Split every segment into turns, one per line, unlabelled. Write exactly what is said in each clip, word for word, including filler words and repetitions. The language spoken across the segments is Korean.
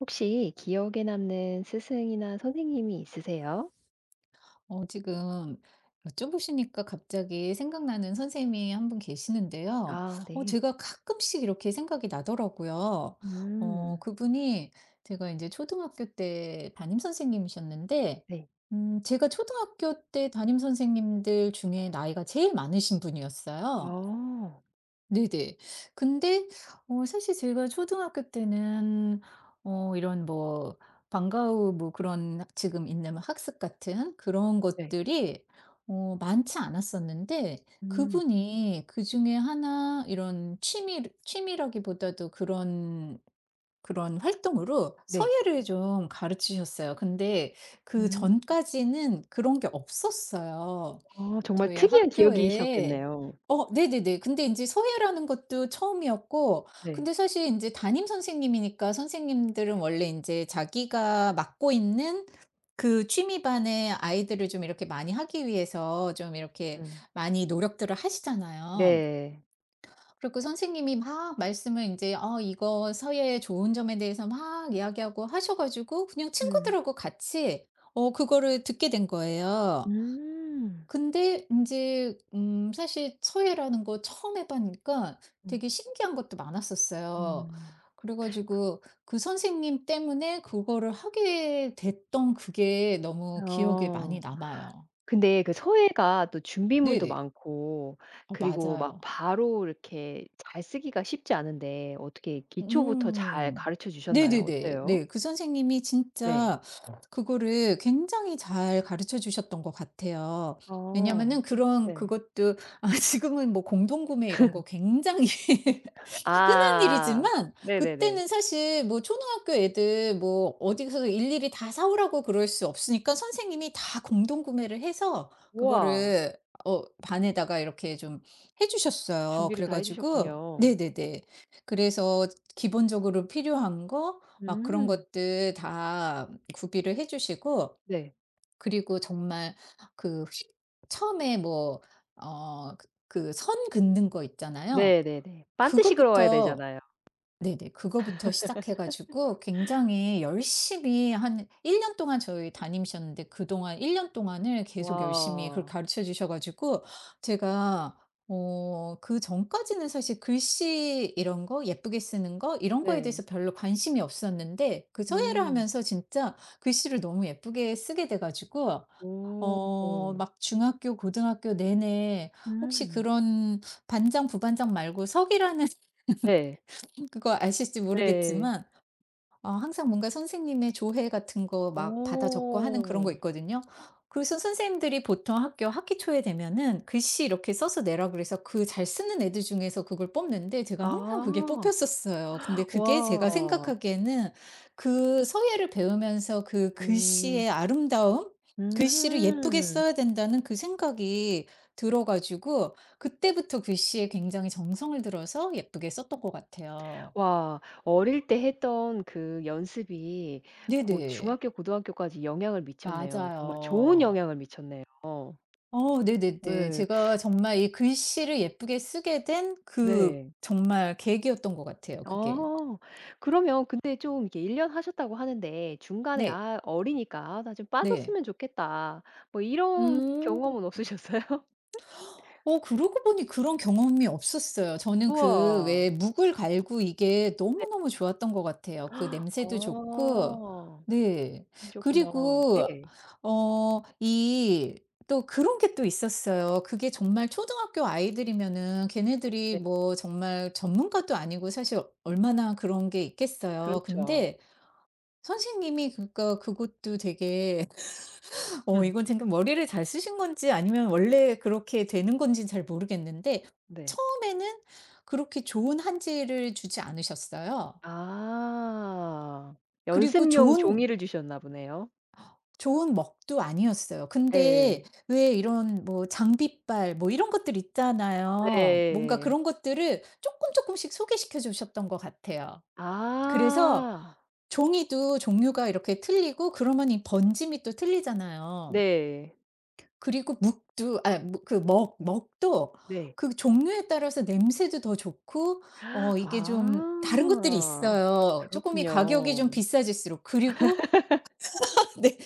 혹시 기억에 남는 스승이나 선생님이 있으세요?
어, 지금 여쭤보시니까 갑자기 생각나는 선생님이 한 분 계시는데요.
아
어,
네.
제가 가끔씩 이렇게 생각이 나더라고요. 어,
음.
그분이 제가 이제 초등학교 때 담임 선생님이셨는데,
네.
음, 제가 초등학교 때 담임 선생님들 중에 나이가 제일 많으신 분이었어요.
어.
네네. 근데 어 사실 제가 초등학교 때는 어 이런 뭐 방과 후 뭐 그런 지금 있는 뭐 학습 같은 그런
네.
것들이 어 많지 않았었는데,
음.
그분이 그중에 하나 이런 취미 취미라기보다도 그런 그런 활동으로
네.
서예를 좀 가르치셨어요. 근데
음.
그전까지는 그런 게 없었어요.
아 정말
저희
특이한
학교에.
기억이셨겠네요.
어 네네네. 근데 인제 서예라는 것도 처음이었고,
네.
근데 사실 인제 담임 선생님이니까 선생님들은 원래 인제 자기가 맡고 있는 그 취미 반의 아이들을 좀 이렇게 많이 하기 위해서 좀 이렇게
음.
많이 노력들을 하시잖아요.
네.
그리고 그 선생님이 막 말씀을 인제 어 이거 서예의 좋은 점에 대해서 막 이야기하고 하셔 가지고 그냥
음.
친구들하고 같이 어 그거를 듣게 된 거예요.
음.
근데 인제 음 사실 서예라는 거 처음 해 보니까
음.
되게 신기한 것도 많았었어요.
음.
그래 가지고 그 선생님 때문에 그거를 하게 됐던 그게 너무 기억에
어.
많이 남아요.
근데 그 서예가 또 준비물도
네네.
많고
어
그리고 막
맞아요.
바로 이렇게 잘 쓰기가 쉽지 않은데 어떻게 기초부터 잘
음.
가르쳐 주셨나요?
네네네.
어때요?
네. 그 선생님이
네.
진짜 그거를 굉장히 잘 가르쳐 주셨던 것 같아요.
어.
왜냐면은 그런
네.
그것도, 아 지금은 뭐 공동구매 이런 거 굉장히 흔한
아
일이지만
네네네.
그때는 사실 뭐 초등학교 애들 뭐 어디서 일일이 다 사 오라고 그럴 수 없으니까 선생님이 다 공동 구매를 해서
우와.
그거를 어 반에다가 이렇게 좀 해 주셨어요.
준비를
그래
다 해
가지고
주셨군요.
네네네. 그래서 기본적으로 필요한 거 막 그런
음.
것들 다 구비를 해 주시고,
네.
그리고 정말 그 휘 처음에 뭐 어그 그 선 긋는 거 있잖아요.
네네네. 반드시 그러야
그것부터,
되잖아요.
네네. 그거부터 시작해 가지고 굉장히 열심히 한 일 년 동안 저희 다니셨는데, 그동안 일 년 동안을 계속 열심히 그걸
와.
가르쳐 주셔 가지고 제가, 어 그전까지는 사실 글씨 이런 거 예쁘게 쓰는 거 이런 거에
네.
대해서 별로 관심이 없었는데 그 서예를
음.
하면서 진짜 글씨를 너무 예쁘게 쓰게 돼 가지고
오.
어 막 중학교 고등학교 내내 혹시
음.
그런 반장 부반장 말고 서기라는
네.
그거 아실지
네.
모르겠지만, 어 항상 뭔가 선생님의 조회 같은 거 막 받아 적고 하는 그런 거
어.
있거든요. 그래서 선생님들이 보통 학교 학기 초에 되면은 글씨 이렇게 써서 내라 그래서 그 잘 쓰는 애들 중에서 그걸 뽑는데 제가 항상 그게
아.
뽑혔었어요. 근데 그게 제가
와.
생각하기에는 그 서예를 배우면서 그
음.
글씨의 아름다움? 글씨를 예쁘게
음.
써야 된다는 그 생각이 들어 가지고 그때부터 글씨에 굉장히 정성을 들어서 예쁘게 썼던 것 같아요.
와. 어릴 때 했던 그 연습이 고
네네.
중학교 고등학교까지 영향을 미쳤네요. 정말 좋은
맞아요.
영향을 미쳤네요.
어 네네네.
네
제가 정말 이 글씨를 예쁘게 쓰게 된 그
네.
정말 계기였던 것 같아요 그게.
아. 그러면 근데 좀 이렇게 일 년 하셨다고 하는데 중간에
네.
'아 어리니까 아 나 좀
네.
빠졌으면 좋겠다.' 뭐 이런
음.
경험은 없으셨어요?
어 그러고 보니 그런 경험이 없었어요. 저는 그
우와.
왜 묵을 갈고 이게
네.
너무너무 좋았던 것 같아요. 그 냄새도 좋고.
아.
네.
그러셨구나.
그리고
네
어 이 또 그런 게 또 있었어요. 그게 정말 초등학교 아이들이면은 걔네들이
네.
뭐 정말 전문가도 아니고 사실 얼마나 그런 게 있겠어요.
그렇죠.
근데 선생님이 그러니까 그것도 되게, 어
음.
이건 지금 머리를 잘 쓰신 건지 아니면 원래 그렇게 되는 건지는 잘 모르겠는데
네.
처음에는 그렇게 좋은 한지를 주지 않으셨어요.
아.
그리고
연습용
좋은
종이를 주셨나 보네요.
좋은 먹도 아니었어요. 근데
네.
왜 이런 뭐 장비빨 뭐 이런 것들 있잖아요. 뭔가
네.
그런 것들을 조금 조금씩 소개시켜 주셨던 것 같아요. 그래서
아.
종이도 종류가 이렇게 틀리고 그러면 이 번짐이 또 틀리잖아요.
네.
그리고 묵도 아 그 먹 먹도
네.
그 종류에 따라서 냄새도 더 좋고, 어 이게 좀 다른 것들이
아.
있어요. 쪼끔 이 가격이 좀
그렇군요.
비싸질수록. 그리고 네.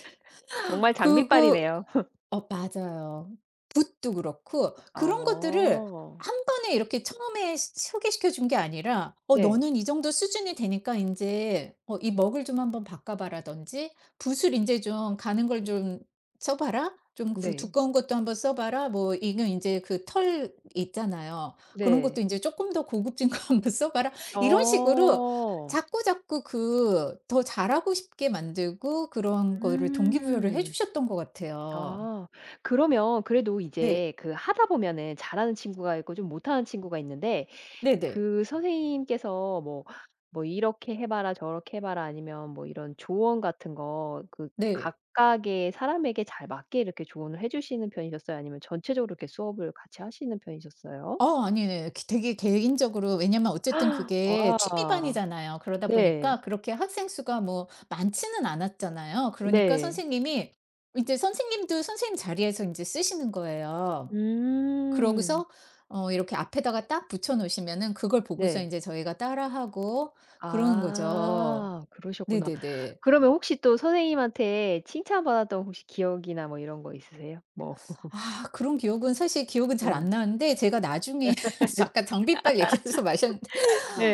정말
그거
장비빨이네요.
어 맞아요. 붓도 그렇고 그런 것들을
어.
한 번에 이렇게 처음에 시 소개시켜 준 게 아니라 "어
네.
너는 이 정도 수준이 되니까 이제 어 이 먹을 좀 한번 바꿔 봐라."든지 "붓을 이제 좀 가는 걸 좀 써 봐라. 좀 구-
네.
두꺼운 것도 한번 써 봐라." 뭐 이건 이제 그 털 있잖아요. "그런
네.
것도 이제 조금 더 고급진 거 한번 써 봐라." 이런 식으로
어.
자꾸자꾸 그 더 잘하고 싶게 만들고 그런 거를 동기부여를 해
음.
주셨던 것 같아요.
아. 그러면 그래도
네.
이제 그 하다 보면은 잘하는 친구가 있고 좀 못하는 친구가 있는데
네네.
그 선생님께서 뭐 뭐 "이렇게 해 봐라. 저렇게 해 봐라." 아니면 뭐 이런 조언 같은 거 그
네.
각각의 사람에게 잘 맞게 이렇게 조언을 해 주시는 편이셨어요? 아니면 전체적으로 이렇게 수업을 같이 하시는 편이셨어요?
어 아니네, 되게 개인적으로. 왜냐면 어쨌든 그게
와.
취미반이잖아요. 그러다
네.
보니까 그렇게 학생 수가 뭐 많지는 않았잖아요. 그러니까
네.
선생님이 이제 선생님도 선생님 자리에서 이제 쓰시는 거예요.
음.
그러고서 어 이렇게 앞에다가 딱 붙여 놓으시면은 그걸 보고서
네.
이제 저희가 따라하고, 그러는 거죠.
아 그러셨구나.
네네네.
그러면 혹시 또 선생님한테 칭찬받았던 혹시 기억이나 뭐 이런 거 있으세요? 뭐
아 그런 기억은 사실 기억은 잘
예.
안 나는데, 제가
네.
나중에 아까 장비빨 얘기해서 마셨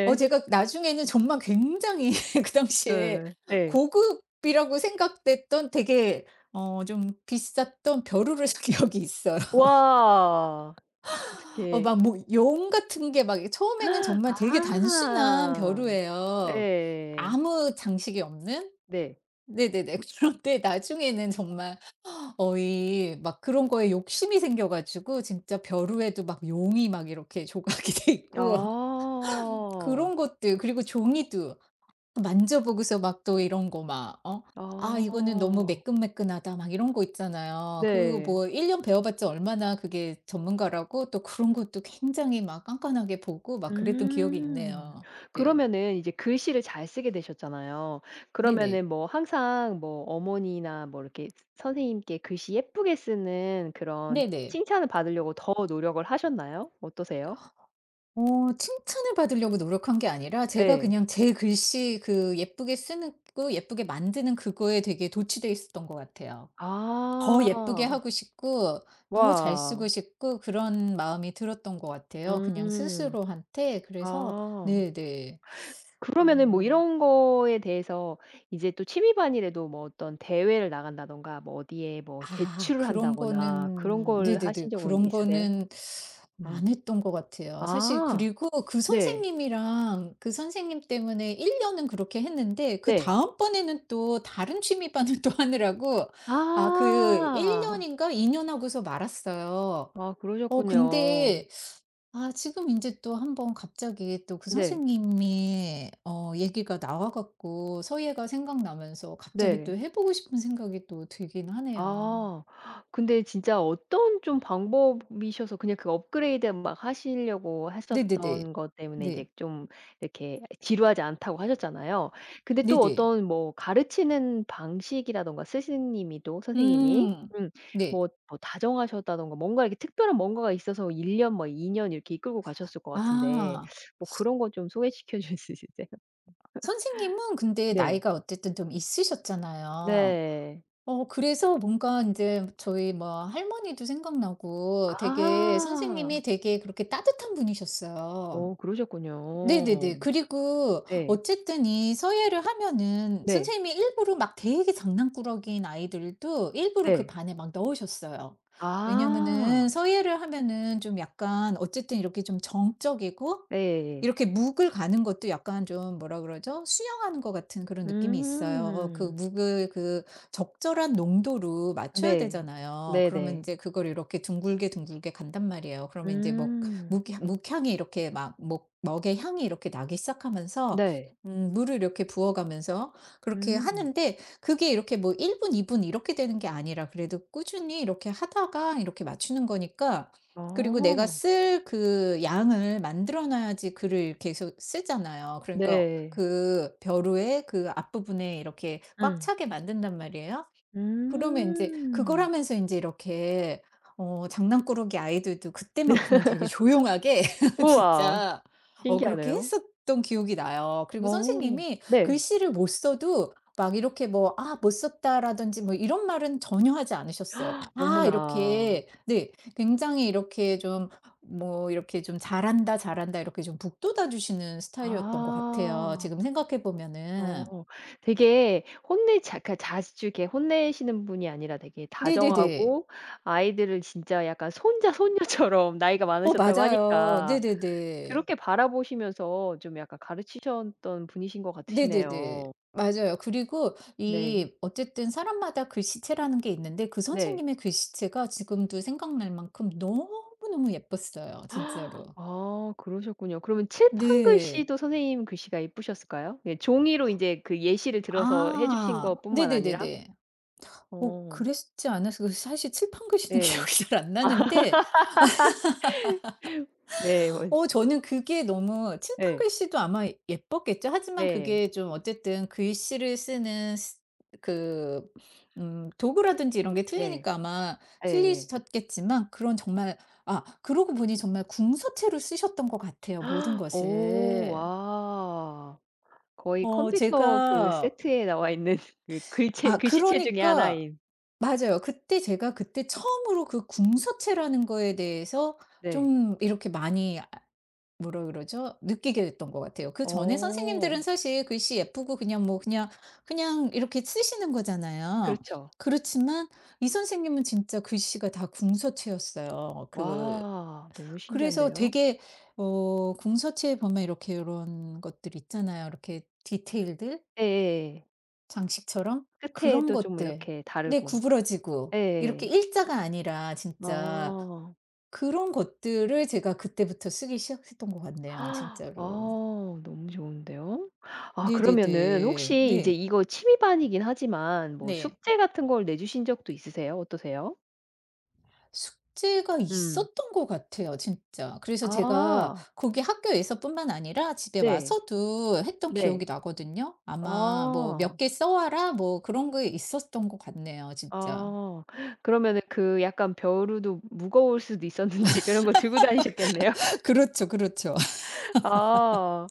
어 제가 나중에는 정말 굉장히 그 당시에
예. 예.
고급이라고 생각됐던 되게, 어 좀 비쌌던 벼루를 산 기억이 있어요.
와.
어
어떻게
막 뭐 용 같은 게 막, 처음에는 정말 되게 단순한
아.
벼루예요.
네.
아무 장식이 없는?
네.
네네네. 그런데 나중에는 정말 어이 막 그런 거에 욕심이 생겨 가지고 진짜 벼루에도 막 용이 막 이렇게 조각이 돼 있고
아.
그런 것들. 그리고 종이도 만져보고서 막 또 이런 거 막, 어 '아 이거는 너무
아.
매끈매끈하다.' 막 이런 거 있잖아요. 그거
네.
뭐 일 년 배워봤자 얼마나 그게 전문가라고, 또 그런 것도 굉장히 막 깐깐하게 보고 막 그랬던 기억이
음.
있네요. 네.
그러면은 이제 글씨를 잘 쓰게 되셨잖아요.
네 네.
그러면은 뭐 항상 뭐 어머니나 뭐 이렇게 선생님께 글씨 예쁘게 쓰는 그런
네네.
칭찬을 받으려고 더 노력을 하셨나요? 어떠세요?
어 칭찬을 받으려고 노력한 게 아니라 제가
예.
그냥 제 글씨 그 예쁘게 쓰는 거 예쁘게 만드는 그거에 되게 도취돼 있었던 것 같아요. 더 예쁘게
아.
하고 싶고, 더 잘 쓰고
와.
싶고 그런 마음이 들었던 것 같아요 그냥
음.
스스로한테. 그래서
아.
네네.
그러면은 뭐
음.
이런 거에 대해서 이제 또 취미반이라도 뭐 어떤 대회를 나간다든가 뭐 어디에 뭐
아
제출을
그런
한다거나 그런
거는
걸 하신
네네네.
적은
그런
있으세요?
거는
음.
안 했던 것 같아요. 사실.
아
그리고 그
네.
선생님이랑 그 선생님 때문에 일 년은 그렇게 했는데
네.
그다음 번에는 또 다른 취미반을 또 하느라고 아 그 일
아.
년인가 이 년 하고서 말았어요.
아
어
그러셨군요.
근데 아 지금 이제 또 한번 갑자기 또 그
네.
선생님이 어 얘기가 나와 갖고 서예가 생각나면서 갑자기
네.
또 해 보고 싶은 생각이 또 들긴 하네요.
아. 근데 진짜 어떤 좀 방법이셔서 그냥 그 업그레이드 막 하시려고
네네네.
하셨던 것 때문에 이제
네.
좀 이렇게 지루하지 않다고 하셨잖아요. 근데 또
네네.
어떤 뭐 가르치는 방식이라든가 스승님이 또 선생님이
음.
음
네.
뭐 뭐 다정하셨다든가 뭔가 이렇게 특별한 뭔가가 있어서 일 년 뭐 이 년 이렇게 이끌고 가셨을 것 같은데
아
뭐 그런 거 좀 소개시켜 줄 수 있으세요?
선생님은 근데
네.
나이가 어쨌든 좀 있으셨잖아요.
네.
어 그래서 뭔가 이제 저희 뭐 할머니도 생각나고 되게
아.
선생님이 되게 그렇게 따뜻한 분이셨어요.
어
네네네.
그러셨군요.
그리고
네.
어쨌든 이 서예를 하면은
네.
선생님이 일부러 막 되게 장난꾸러기인 아이들도 일부러 그
네.
반에 막 넣으셨어요.
아.
왜냐면은 서예를 하면은 좀 약간 어쨌든 이렇게 좀 정적이고,
예예예.
이렇게 묵을 가는 것도 약간 좀 뭐라 그러죠? 수영하는 것 같은 그런 느낌이 있어요. 그
음.
묵을 그 적절한 농도로 맞춰야
네.
되잖아요. 그러면 이
네네.
제 그걸 이렇게 둥글게 둥글게 간단 말이에요. 그러면 이제뭐
음.
묵향 묵향이 이렇게 막 먹 먹의 향이 이렇게 나기 시작하면서
네.
음 물을 이렇게 부어 가면서 그렇게
음.
하는데 그게 이렇게 뭐 일 분, 이 분 이렇게 되는 게 아니라 그래도 꾸준히 이렇게 하다가 이렇게 맞추는 거니까. 그리고 내가
어.
쓸 그 양을 만들어 놔야지 글을 계속 쓰잖아요. 그러니까
네.
그 벼루의 그 앞부분에 이렇게 꽉
음.
차게 만든단 말이에요. 그러면 인제 그걸
음.
하면서 인제 이렇게, 어 장난꾸러기 아이들도
네.
그때만큼은 되게 조용하게
우와.
진짜, 어 그렇게
신기하네요.
했었던 기억이 나요. 그리고
어.
선생님이
네.
글씨를 못 써도 막 이렇게 뭐 "아 못 썼다."라든지 뭐 이런 말은 전혀 하지 않으셨어요. 다
어머나.
이렇게 네 굉장히 이렇게 좀 뭐 이렇게 좀 "잘한다, 잘한다." 이렇게 좀 북돋아 주시는 스타일이었던 것 같아요
아.
지금 생각해
어
보면은.
되게 혼내자 그러니까 자주 이렇게 혼내시는 분이 아니라 되게
네네네.
다정하고 아이들을 진짜 약간 손자 손녀처럼 나이가
어
많으셨다고
맞아요.
하니까
네네네.
그렇게 바라보시면서 좀 약간 가르치셨던 분이신 것
네네네.
같으시네요.
맞아요. 그리고
네.
이 어쨌든 사람마다 글씨체라는 게 있는데 그
네.
선생님의 글씨체가 지금도 생각날 만큼 너무너무 예뻤어요. 진짜로.
아 그러셨군요. 그러면 칠판
네.
글씨도 선생님 글씨가 예쁘셨을까요? 예 종이로 이제 그 예시를 들어서 해 주신
아.
것뿐만 아니라?
네네네네. 어
어.
그랬지 않았을까. 사실 칠판 글씨는
네,
기억이 잘 안 나는데
네. 어 예.
어 저는 그게 너무 칠판
네.
글씨도 아마 예뻤겠죠. 하지만
네.
그게 좀 어쨌든 글씨를 쓰는 스 그 음 도구라든지 이런 게
네,
틀리니까 아마
네.
틀리셨겠지만 그런 정말, 아 그러고 보니 정말 궁서체로 쓰셨던 것 같아요, 모든
오
것을.
와. 거의
어
컴퓨터 그
제가
세트에 나와 있는 그 글체
아
글씨체 중에
그러니까
하나인.
맞아요. 그때 제가 그때 처음으로 그 궁서체라는 거에 대해서
네.
좀 이렇게 많이 뭐라 그러죠? 느끼게 됐던 것 같아요. 그전에
어
선생님들은 사실 글씨 예쁘고 그냥 뭐 그냥 그냥 이렇게 쓰시는 거잖아요.
그렇죠.
그렇지만 이 선생님은 진짜 글씨가 다 궁서체였어요. 그
와 너무
그래서
신기한데요.
되게 어 궁서체에 보면 이렇게 이런 것들 있잖아요. 이렇게 디테일들,
예예예.
장식처럼 그런
끝에도 좀
것들.
이렇게
네
다르고. 예
구부러지고 이렇게
예
일자가 아니라 진짜
아.
그런 것들을 제가 그때부터 쓰기 시작했던 것 같네요
아
진짜로.
너무 좋은데요. 아 그러면은
네네네.
혹시 이제
네.
이거 취미반이긴 하지만 뭐
네.
숙제 같은 걸 내주신 적도 있으세요? 어떠세요?
숙제가
음.
있었던 것 같아요 진짜. 그래서 제가
아.
거기 학교에서뿐만 아니라 집에
네.
와서도 했던
네.
기억이 나거든요. 아마 뭐
아.
"몇 개 써 와라." 뭐 그런 게 있었던 것 같네요 진짜.
아. 그러면은 그 약간 벼루도 무거울 수도 있었는데 그런 거 들고 다니셨겠네요.
그렇죠, 그렇죠.
아.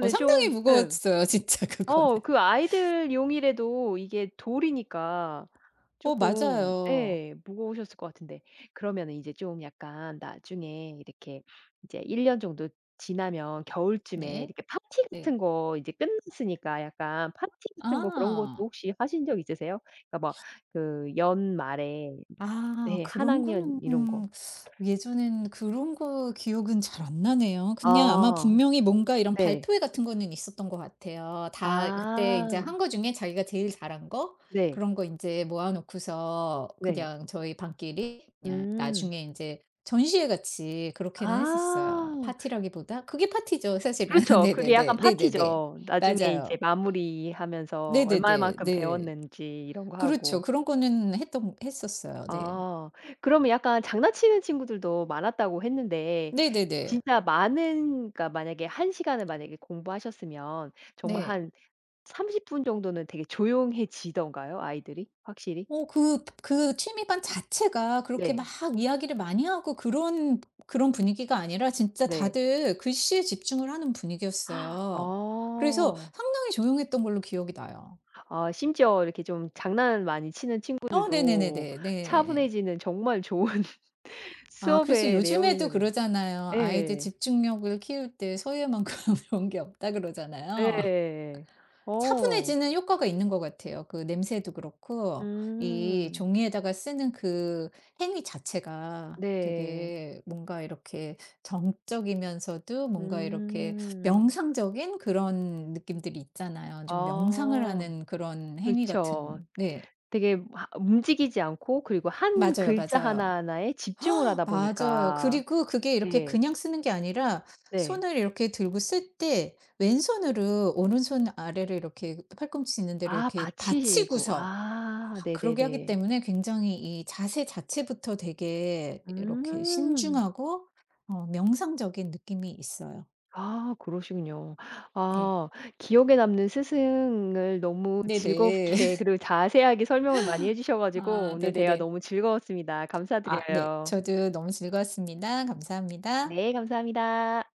어 상당히
좀 예.
무거웠어요 진짜 그거는.
어 그 아이들용이라도 이게 돌이니까
어
조금
맞아요.
예 무거우셨을 것 같은데 그러면은 이제 좀 약간 나중에 이렇게 이제 일 년 정도 지나면 겨울쯤에
네.
이렇게 파티
네.
같은 거 이제 끝났으니까 약간 파티 같은 거 그런 것도
아.
혹시 하신 적 있으세요? 그러니까 막 그 연말에
아
네 한
그런
학년
거는
이런 거.
음, 예전엔 그런 거 기억은 잘 안 나네요. 그냥 아마
아
분명히 뭔가 이런
네.
발표회 같은 거는 있었던 것 같아요. 다 그때 이제 한
아
거 중에 자기가 제일 잘한 거
네.
그런 거 이제 모아 놓고서
네.
그냥 저희 반끼리 그냥
음.
나중에 이제 전시회 같이 그렇게는 했었어요.
아.
파티라기보다 그게 파티죠 사실은.
그렇죠. 그게 약간
네네네. 네네네.
파티죠. 나중에
맞아요.
이제 마무리하면서
네네네.
얼마만큼
네.
배웠는지 이런 거
그렇죠.
하고.
그런 거는 했던 했었어요. 네.
아 그러면 약간 장난치는 친구들도 많았다고 했는데
네네네.
진짜 많은 그러니까 만약에 한 시간을 만약에 공부하셨으면 정말
네.
한 삼십 분 정도는 되게 조용해지던가요? 아이들이 확실히?
어 그 그 취미반 자체가 그렇게 막
네.
이야기를 많이 하고 그런 그런 분위기가 아니라 진짜
네.
다들 글씨에 집중을 하는 분위기였어요. 그래서
아.
상당히 조용했던 걸로 기억이 나요.
아 심지어 이렇게 좀 장난 많이 치는
어
친구들도
네네네네. 네.
차분해지는 정말 좋은
아 그래서
수업의 내용이
요즘에도
되면
그러잖아요. 아이들
예.
집중력을 키울 때 소유만큼 그런게 없다 그러잖아요.
예. 어.
차분해지는 효과가 있는 것 같아요. 그 냄새도 그렇고 이
음.
종이에다가 쓰는 그 행위 자체가
네.
되게 뭔가 이렇게 정적이면서도 뭔가 이렇게
음.
명상적인 그런 느낌들이 있잖아요. 좀 명상을
아
하는 그런 행위
그쵸.
같은. 네.
되게 하 움직이지 않고 그리고 한
맞아요,
글자
맞아요.
하나하나에 집중을 하다
맞아요.
보니까
그리고 그게 이렇게
네,
그냥 쓰는 게 아니라
네.
손을 이렇게 들고 쓸 때 왼손으로 오른손 아래를 이렇게 팔꿈치 있는 데를
아
이렇게
받치시고.
받치고서
아
그러게 하기
네네네.
때문에 굉장히 이 자세 자체부터 되게 이렇게
음.
신중하고 어 명상적인 느낌이 있어요.
아 그러시군요.
네.
아 기억에 남는 스승을 너무
네네.
즐겁게 그리고 자세하게 설명을 많이 해 주셔 가지고
아
오늘 대화
네네네.
너무 즐거웠습니다.
아 네.
감사드려요.
저도 너무 즐거웠습니다. 감사합니다.
네 감사합니다.